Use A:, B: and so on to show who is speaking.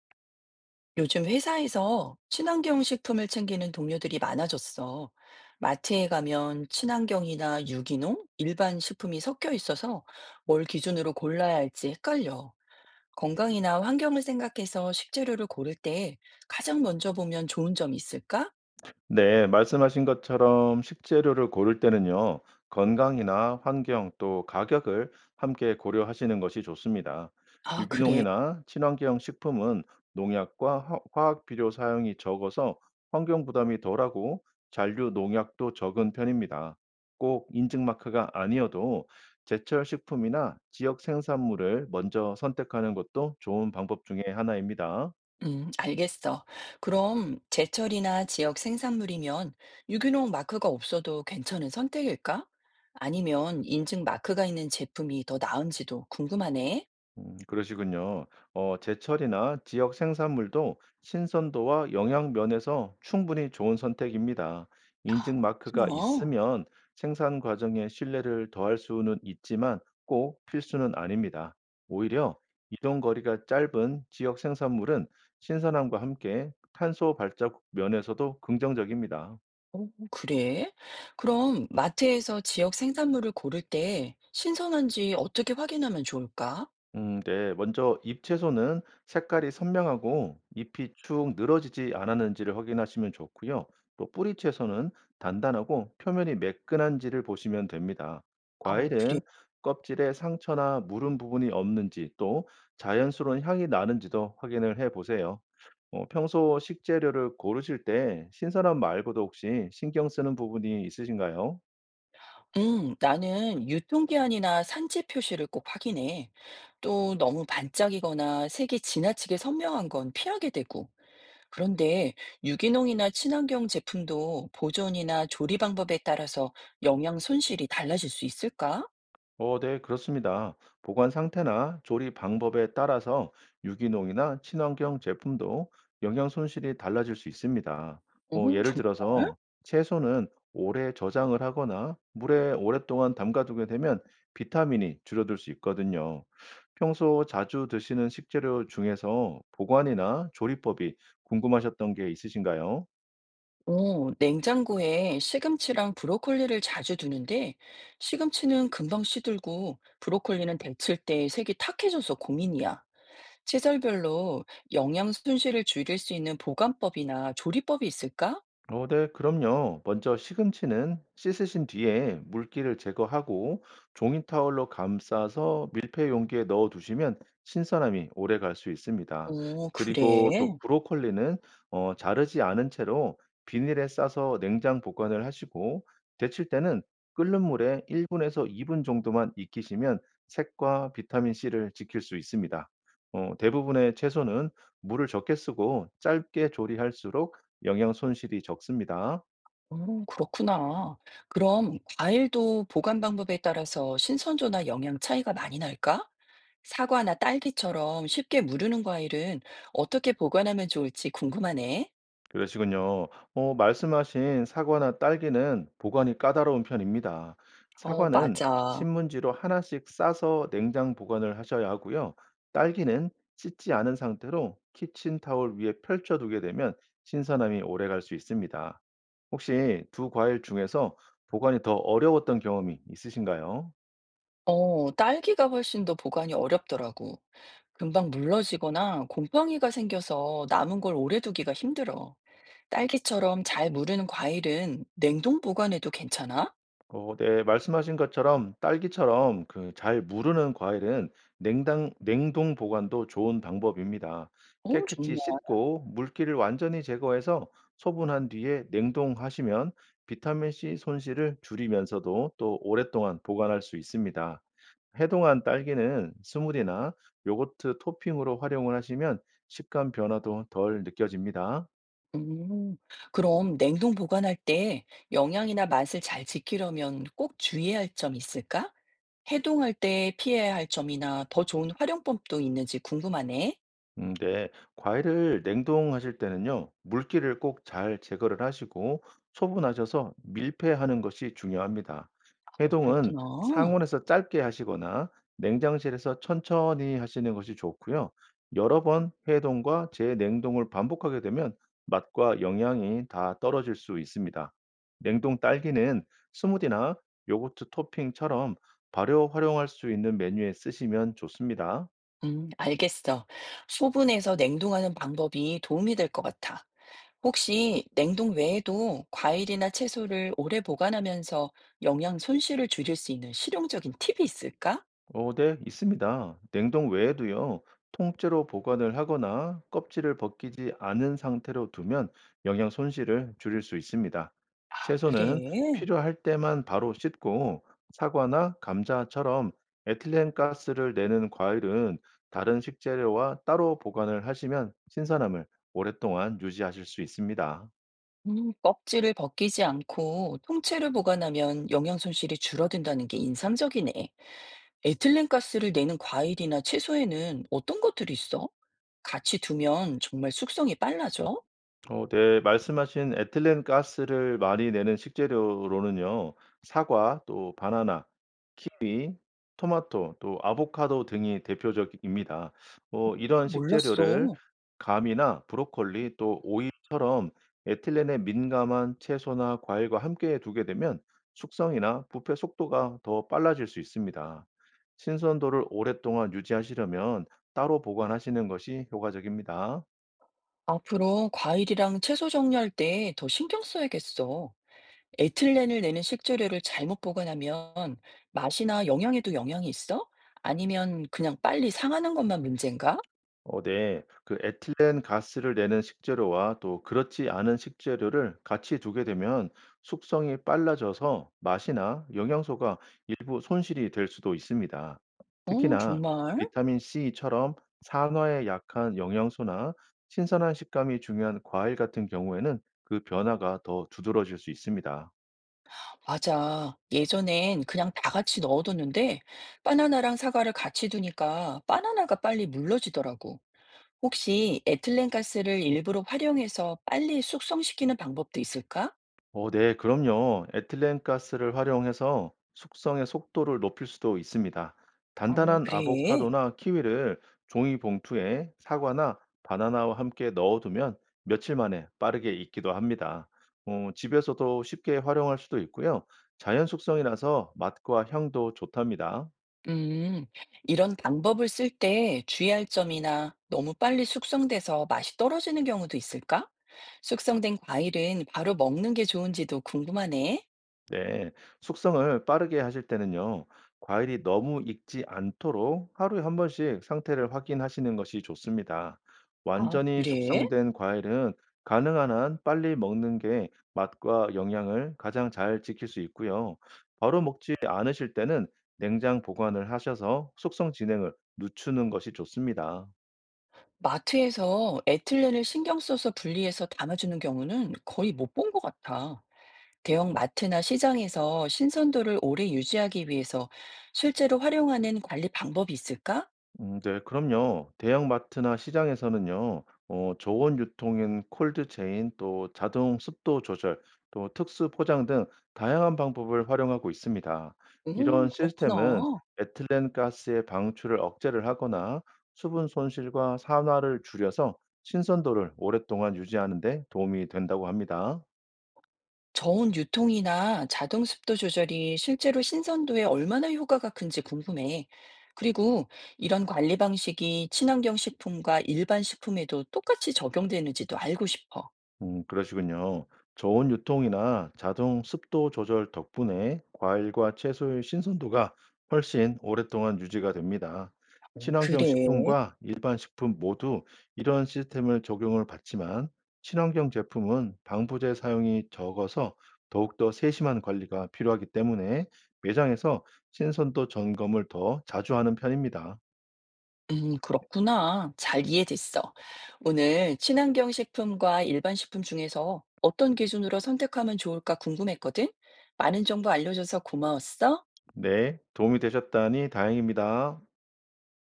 A: 요즘 회사에서 친환경 식품을 챙기는 동료들이 많아졌어. 마트에 가면 친환경이나 유기농, 일반 식품이 섞여 있어서 뭘 기준으로 골라야 할지 헷갈려. 건강이나 환경을 생각해서 식재료를 고를 때 가장 먼저 보면 좋은 점이 있을까?
B: 네, 말씀하신 것처럼 식재료를 고를 때는요, 건강이나 환경 또 가격을 함께 고려하시는 것이 좋습니다. 네.
A: 아, 그래.
B: 유기농이나 친환경 식품은 농약과 화학 비료 사용이 적어서 환경 부담이 덜하고 잔류 농약도 적은 편입니다. 꼭 인증 마크가 아니어도 제철 식품이나 지역 생산물을 먼저 선택하는 것도 좋은 방법 중에 하나입니다.
A: 알겠어. 그럼 제철이나 지역 생산물이면 유기농 마크가 없어도 괜찮은 선택일까? 아니면 인증 마크가 있는 제품이 더 나은지도 궁금하네.
B: 그러시군요. 제철이나 지역 생산물도 신선도와 영양 면에서 충분히 좋은 선택입니다. 인증 마크가
A: 어,
B: 있으면 생산 과정에 신뢰를 더할 수는 있지만 꼭 필수는 아닙니다. 오히려 이동 거리가 짧은 지역 생산물은 신선함과 함께 탄소 발자국 면에서도 긍정적입니다.
A: 어, 그래? 그럼 마트에서 지역 생산물을 고를 때 신선한지 어떻게 확인하면 좋을까?
B: 네. 먼저 잎 채소는 색깔이 선명하고 잎이 축 늘어지지 않았는지를 확인하시면 좋고요. 또 뿌리 채소는 단단하고 표면이 매끈한지를 보시면 됩니다.
A: 아, 그래.
B: 과일은 껍질에 상처나 무른 부분이 없는지 또 자연스러운 향이 나는지도 확인을 해 보세요. 평소 식재료를 고르실 때 신선함 말고도 혹시 신경 쓰는 부분이 있으신가요?
A: 나는 유통기한이나 산지 표시를 꼭 확인해. 또 너무 반짝이거나 색이 지나치게 선명한 건 피하게 되고. 그런데 유기농이나 친환경 제품도 보존이나 조리 방법에 따라서 영양 손실이 달라질 수 있을까?
B: 어, 네, 그렇습니다. 보관 상태나 조리 방법에 따라서 유기농이나 친환경 제품도 영양 손실이 달라질 수 있습니다.
A: 어,
B: 예를 들어서 채소는 오래 저장을 하거나 물에 오랫동안 담가두게 되면 비타민이 줄어들 수 있거든요. 평소 자주 드시는 식재료 중에서 보관이나 조리법이 궁금하셨던 게 있으신가요?
A: 어, 냉장고에 시금치랑 브로콜리를 자주 두는데, 시금치는 금방 시들고, 브로콜리는 데칠 때 색이 탁해져서 고민이야. 시설별로 영양 손실을 줄일 수 있는 보관법이나 조리법이 있을까?
B: 어, 네, 그럼요. 먼저 시금치는 씻으신 뒤에 물기를 제거하고 종이 타월로 감싸서 밀폐 용기에 넣어 두시면 신선함이 오래 갈 수 있습니다.
A: 오,
B: 그리고
A: 그래.
B: 또 브로콜리는 자르지 않은 채로 비닐에 싸서 냉장 보관을 하시고 데칠 때는 끓는 물에 1분에서 2분 정도만 익히시면 색과 비타민 C를 지킬 수 있습니다. 대부분의 채소는 물을 적게 쓰고 짧게 조리할수록 영양 손실이 적습니다.
A: 오, 그렇구나. 그럼 과일도 보관 방법에 따라서 신선도나 영양 차이가 많이 날까? 사과나 딸기처럼 쉽게 무르는 과일은 어떻게 보관하면 좋을지 궁금하네.
B: 그러시군요. 말씀하신 사과나 딸기는 보관이 까다로운 편입니다.
A: 어,
B: 사과는
A: 맞아.
B: 신문지로 하나씩 싸서 냉장 보관을 하셔야 하고요. 딸기는 씻지 않은 상태로 키친타올 위에 펼쳐두게 되면 신선함이 오래 갈 수 있습니다. 혹시 두 과일 중에서 보관이 더 어려웠던 경험이 있으신가요?
A: 어, 딸기가 훨씬 더 보관이 어렵더라고. 금방 물러지거나 곰팡이가 생겨서 남은 걸 오래 두기가 힘들어. 딸기처럼 잘 무르는 과일은 냉동 보관해도 괜찮아?
B: 어 네. 말씀하신 것처럼 딸기처럼 그 잘 무르는 과일은 냉당 냉동 보관도 좋은 방법입니다.
A: 어,
B: 깨끗이
A: 정말.
B: 씻고 물기를 완전히 제거해서 소분한 뒤에 냉동하시면 비타민 C 손실을 줄이면서도 또 오랫동안 보관할 수 있습니다. 해동한 딸기는 스무디나 요거트 토핑으로 활용을 하시면 식감 변화도 덜 느껴집니다.
A: 음, 그럼 냉동 보관할 때 영양이나 맛을 잘 지키려면 꼭 주의해야 할 점이 있을까? 해동할 때 피해야 할 점이나 더 좋은 활용법도 있는지 궁금하네.
B: 네. 과일을 냉동하실 때는요. 물기를 꼭 잘 제거를 하시고 소분하셔서 밀폐하는 것이 중요합니다.
A: 아,
B: 해동은
A: 그렇구나.
B: 상온에서 짧게 하시거나 냉장실에서 천천히 하시는 것이 좋고요. 여러 번 해동과 재냉동을 반복하게 되면 맛과 영양이 다 떨어질 수 있습니다. 냉동 딸기는 스무디나 요거트 토핑처럼 발효 활용할 수 있는 메뉴에 쓰시면 좋습니다.
A: 알겠어. 소분해서 냉동하는 방법이 도움이 될 것 같아. 혹시 냉동 외에도 과일이나 채소를 오래 보관하면서 영양 손실을 줄일 수 있는 실용적인 팁이 있을까?
B: 어, 네, 있습니다. 냉동 외에도요, 통째로 보관을 하거나 껍질을 벗기지 않은 상태로 두면 영양 손실을 줄일 수 있습니다.
A: 아, 그래.
B: 채소는
A: 그래.
B: 필요할 때만 바로 씻고 사과나 감자처럼 에틸렌 가스를 내는 과일은 다른 식재료와 따로 보관을 하시면 신선함을 오랫동안 유지하실 수 있습니다.
A: 껍질을 벗기지 않고 통째로 보관하면 영양 손실이 줄어든다는 게 인상적이네. 에틸렌 가스를 내는 과일이나 채소에는 어떤 것들이 있어? 같이 두면 정말 숙성이 빨라져?
B: 어, 네, 말씀하신 에틸렌 가스를 많이 내는 식재료로는요, 사과, 또 바나나, 키위, 토마토, 또 아보카도 등이 대표적입니다. 뭐 이런 식재료를
A: 몰랐어.
B: 감이나 브로콜리 또 오이처럼 에틸렌에 민감한 채소나 과일과 함께 두게 되면 숙성이나 부패 속도가 더 빨라질 수 있습니다. 신선도를 오랫동안 유지하시려면 따로 보관하시는 것이 효과적입니다.
A: 앞으로 과일이랑 채소 정리할 때 더 신경 써야겠어. 에틸렌을 내는 식재료를 잘못 보관하면 맛이나 영양에도 영향이 있어? 아니면 그냥 빨리 상하는 것만 문제인가?
B: 어 네. 그 에틸렌 가스를 내는 식재료와 또 그렇지 않은 식재료를 같이 두게 되면 숙성이 빨라져서 맛이나 영양소가 일부 손실이 될 수도 있습니다.
A: 어,
B: 특히나
A: 정말?
B: 비타민 C처럼 산화에 약한 영양소나 신선한 식감이 중요한 과일 같은 경우에는 그 변화가 더 두드러질 수 있습니다.
A: 맞아. 예전엔 그냥 다 같이 넣어뒀는데 바나나랑 사과를 같이 두니까 바나나가 빨리 물러지더라고. 혹시 에틸렌 가스를 일부러 활용해서 빨리 숙성시키는 방법도 있을까?
B: 어, 네, 그럼요. 에틸렌 가스를 활용해서 숙성의 속도를 높일 수도 있습니다.
A: 아,
B: 단단한
A: 그래.
B: 아보카도나 키위를 종이 봉투에 사과나 바나나와 함께 넣어두면 며칠 만에 빠르게 익기도 합니다. 집에서도 쉽게 활용할 수도 있고요. 자연 숙성이라서 맛과 향도 좋답니다.
A: 음, 이런 방법을 쓸 때 주의할 점이나 너무 빨리 숙성돼서 맛이 떨어지는 경우도 있을까? 숙성된 과일은 바로 먹는 게 좋은지도 궁금하네.
B: 네, 숙성을 빠르게 하실 때는요, 과일이 너무 익지 않도록 하루에 한 번씩 상태를 확인하시는 것이 좋습니다.
A: 아,
B: 완전히
A: 그래?
B: 숙성된 과일은 가능한 한 빨리 먹는 게 맛과 영양을 가장 잘 지킬 수 있고요. 바로 먹지 않으실 때는 냉장 보관을 하셔서 숙성 진행을 늦추는 것이 좋습니다.
A: 마트에서 에틸렌을 신경 써서 분리해서 담아주는 경우는 거의 못 본 것 같아. 대형 마트나 시장에서 신선도를 오래 유지하기 위해서 실제로 활용하는 관리 방법이 있을까?
B: 네 그럼요. 대형마트나 시장에서는요. 어 저온 유통인 콜드 체인 또 자동 습도 조절 또 특수 포장 등 다양한 방법을 활용하고 있습니다. 이런
A: 그렇구나.
B: 시스템은 에틸렌 가스의 방출을 억제를 하거나 수분 손실과 산화를 줄여서 신선도를 오랫동안 유지하는 데 도움이 된다고 합니다.
A: 저온 유통이나 자동 습도 조절이 실제로 신선도에 얼마나 효과가 큰지 궁금해. 그리고 이런 관리 방식이 친환경 식품과 일반 식품에도 똑같이 적용되는지도 알고 싶어.
B: 그러시군요. 저온 유통이나 자동 습도 조절 덕분에 과일과 채소의 신선도가 훨씬 오랫동안 유지가 됩니다.
A: 어,
B: 친환경
A: 그래.
B: 식품과 일반 식품 모두 이런 시스템을 적용을 받지만 친환경 제품은 방부제 사용이 적어서 더욱더 세심한 관리가 필요하기 때문에 매장에서 신선도 점검을 더 자주 하는 편입니다.
A: 그렇구나. 잘 이해됐어. 오늘 친환경 식품과 일반 식품 중에서 어떤 기준으로 선택하면 좋을까 궁금했거든? 많은 정보 알려줘서 고마웠어.
B: 네, 도움이 되셨다니 다행입니다.